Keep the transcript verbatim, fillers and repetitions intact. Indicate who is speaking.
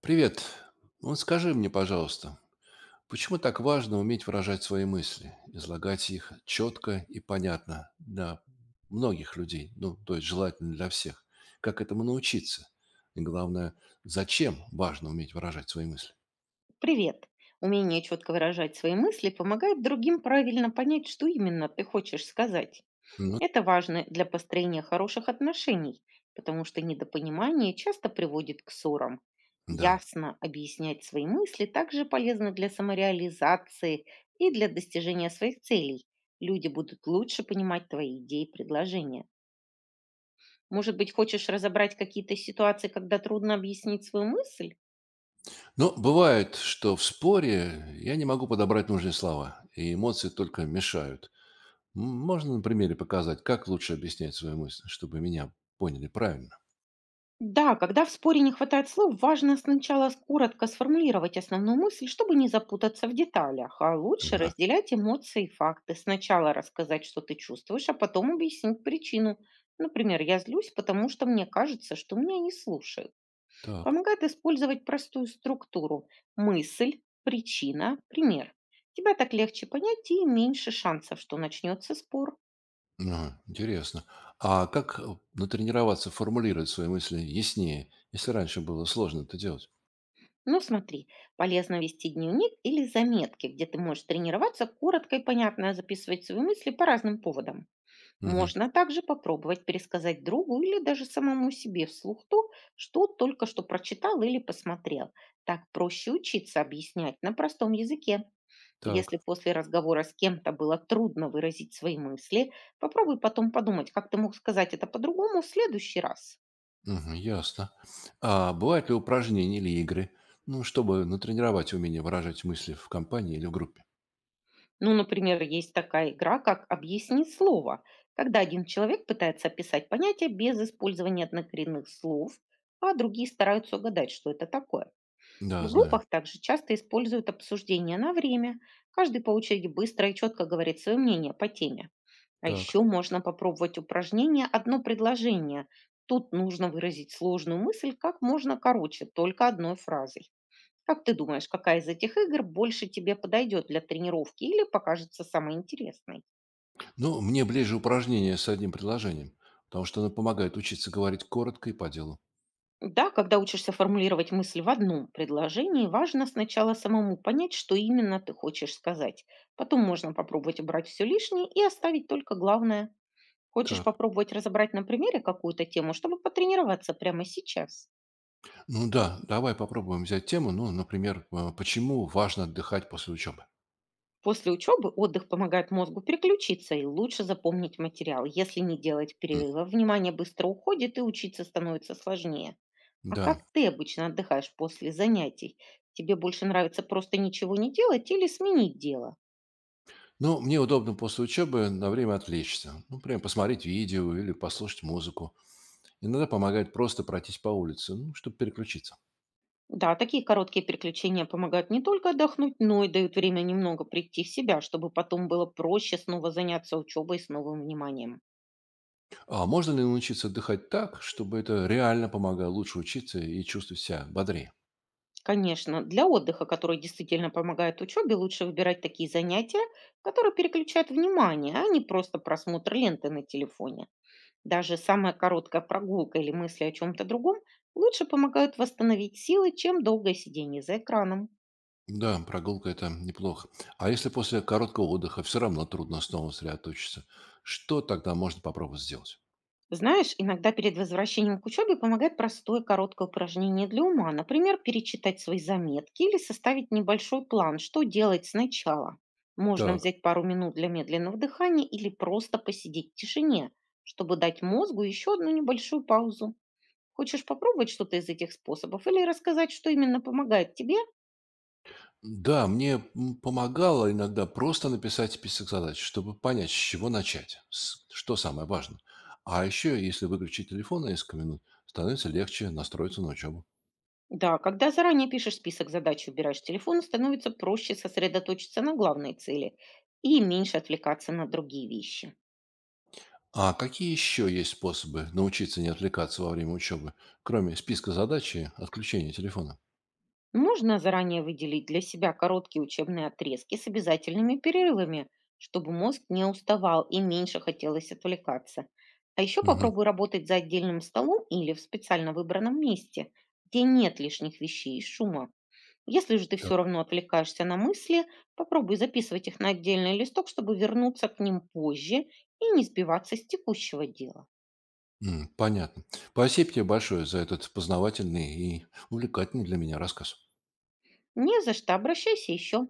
Speaker 1: Привет. Вот скажи мне, пожалуйста, почему так важно уметь выражать свои мысли, излагать их четко и понятно для многих людей, ну, то есть желательно для всех? Как этому научиться? И главное, зачем важно уметь выражать свои мысли?
Speaker 2: Привет! Умение четко выражать свои мысли помогает другим правильно понять, что именно ты хочешь сказать.
Speaker 1: Ну,
Speaker 2: Это важно для построения хороших отношений, потому что недопонимание часто приводит к ссорам.
Speaker 1: да.
Speaker 2: Ясно объяснять свои мысли также полезно для самореализации и для достижения своих целей. Люди будут лучше понимать твои идеи и предложения. Может быть, хочешь разобрать какие-то ситуации, когда трудно объяснить свою мысль?
Speaker 1: Но бывает, что в споре я не могу подобрать нужные слова, и эмоции только мешают. М, Можно на примере показать, как лучше объяснять свои мысли, чтобы меня поняли правильно?
Speaker 2: Да, когда в споре не хватает слов, важно сначала с- коротко сформулировать основную мысль, чтобы не запутаться в деталях, а лучше
Speaker 1: Ага.
Speaker 2: разделять эмоции и факты. Сначала рассказать, что ты чувствуешь, а потом объяснить причину. Например, я злюсь, потому что мне кажется, что меня не слушают.
Speaker 1: Так.
Speaker 2: Помогает использовать простую структуру. Мысль, причина, пример. Тебя так легче понять и меньше шансов, что начнется спор.
Speaker 1: Ага, интересно. А как, э, натренироваться формулировать свои мысли яснее, если раньше было сложно это делать?
Speaker 2: Ну, смотри, полезно вести дневник или заметки, где ты можешь тренироваться коротко и понятно а записывать свои мысли по разным поводам.
Speaker 1: Мгм.
Speaker 2: Можно также попробовать пересказать другу или даже самому себе вслух то, что только что прочитал или посмотрел. Так проще учиться объяснять на простом языке. Если
Speaker 1: Так.
Speaker 2: после разговора с кем-то было трудно выразить свои мысли, попробуй потом подумать, как ты мог сказать это по-другому в следующий раз.
Speaker 1: Мгм, ясно. А бывают ли упражнения или игры, ну, чтобы натренировать умение выражать мысли в компании или в группе?
Speaker 2: Ну, например, есть такая игра, как «Объясни слово», когда один человек пытается описать понятие без использования однокоренных слов, а другие стараются угадать, что это такое. В
Speaker 1: Да, знаю.
Speaker 2: группах также часто используют обсуждение на время. Каждый по очереди быстро и четко говорит свое мнение по теме. А
Speaker 1: Так.
Speaker 2: еще можно попробовать упражнение «Одно предложение». Тут нужно выразить сложную мысль как можно короче, только одной фразой. Как ты думаешь, какая из этих игр больше тебе подойдет для тренировки или покажется самой интересной?
Speaker 1: Ну, мне ближе упражнение с одним предложением, потому что оно помогает учиться говорить коротко и по делу.
Speaker 2: Да, когда учишься формулировать мысль в одном предложении, важно сначала самому понять, что именно ты хочешь сказать. Потом можно попробовать убрать все лишнее и оставить только главное. Хочешь
Speaker 1: Так.
Speaker 2: попробовать разобрать на примере какую-то тему, чтобы потренироваться прямо сейчас?
Speaker 1: Ну да, давай попробуем взять тему, ну, например, э, почему важно отдыхать после учебы?
Speaker 2: После учебы отдых помогает мозгу переключиться и лучше запомнить материал. Если не делать
Speaker 1: М,
Speaker 2: перерыва, внимание быстро уходит и учиться становится сложнее. А как
Speaker 1: Да.
Speaker 2: ты обычно отдыхаешь после занятий? Тебе больше нравится просто ничего не делать или сменить дело?
Speaker 1: Ну, мне удобно после учебы на время отвлечься. Ну, прям посмотреть видео или послушать музыку. Иногда помогает просто пройтись по улице, ну, чтобы переключиться.
Speaker 2: Да, такие короткие переключения помогают не только отдохнуть, но и дают время немного прийти в себя, чтобы потом было проще снова заняться учебой с новым вниманием.
Speaker 1: А можно ли научиться отдыхать так, чтобы это реально помогало лучше учиться и чувствовать себя бодрее?
Speaker 2: Конечно, для отдыха, который действительно помогает учебе, лучше выбирать такие занятия, которые переключают внимание, а не просто просмотр ленты на телефоне. Даже самая короткая прогулка или мысли о чем-то другом лучше помогают восстановить силы, чем долгое сидение за экраном.
Speaker 1: Да, прогулка – это неплохо. А если после короткого отдыха все равно трудно снова сосредоточиться, что тогда можно попробовать сделать?
Speaker 2: Знаешь, иногда перед возвращением к учебе помогает простое короткое упражнение для ума, например, перечитать свои заметки или составить небольшой план, что делать сначала. Можно
Speaker 1: Так.
Speaker 2: взять пару минут для медленного дыхания или просто посидеть в тишине, чтобы дать мозгу еще одну небольшую паузу. Хочешь попробовать что-то из этих способов или рассказать, что именно помогает тебе?
Speaker 1: Да, мне м, помогало иногда просто написать список задач, чтобы понять, с чего начать, с- что самое важное. А еще, если выключить телефон на несколько минут, становится легче настроиться на учебу.
Speaker 2: Да, когда заранее пишешь список задач и убираешь телефон, становится проще сосредоточиться на главной цели и меньше отвлекаться на другие вещи.
Speaker 1: А какие еще есть способы научиться не отвлекаться во время учебы, кроме списка задач и отключения телефона?
Speaker 2: Можно заранее выделить для себя короткие учебные отрезки с обязательными перерывами, чтобы мозг не уставал и меньше хотелось отвлекаться. А еще
Speaker 1: Мгм.
Speaker 2: попробуй работать за отдельным столом или в специально выбранном месте, где нет лишних вещей и шума. Если же ты все
Speaker 1: Так,
Speaker 2: равно отвлекаешься на мысли, попробуй записывать их на отдельный листок, чтобы вернуться к ним позже и не сбиваться с текущего дела.
Speaker 1: м, понятно. Спасибо тебе большое за этот познавательный и увлекательный для меня рассказ.
Speaker 2: Не за что, обращайся еще.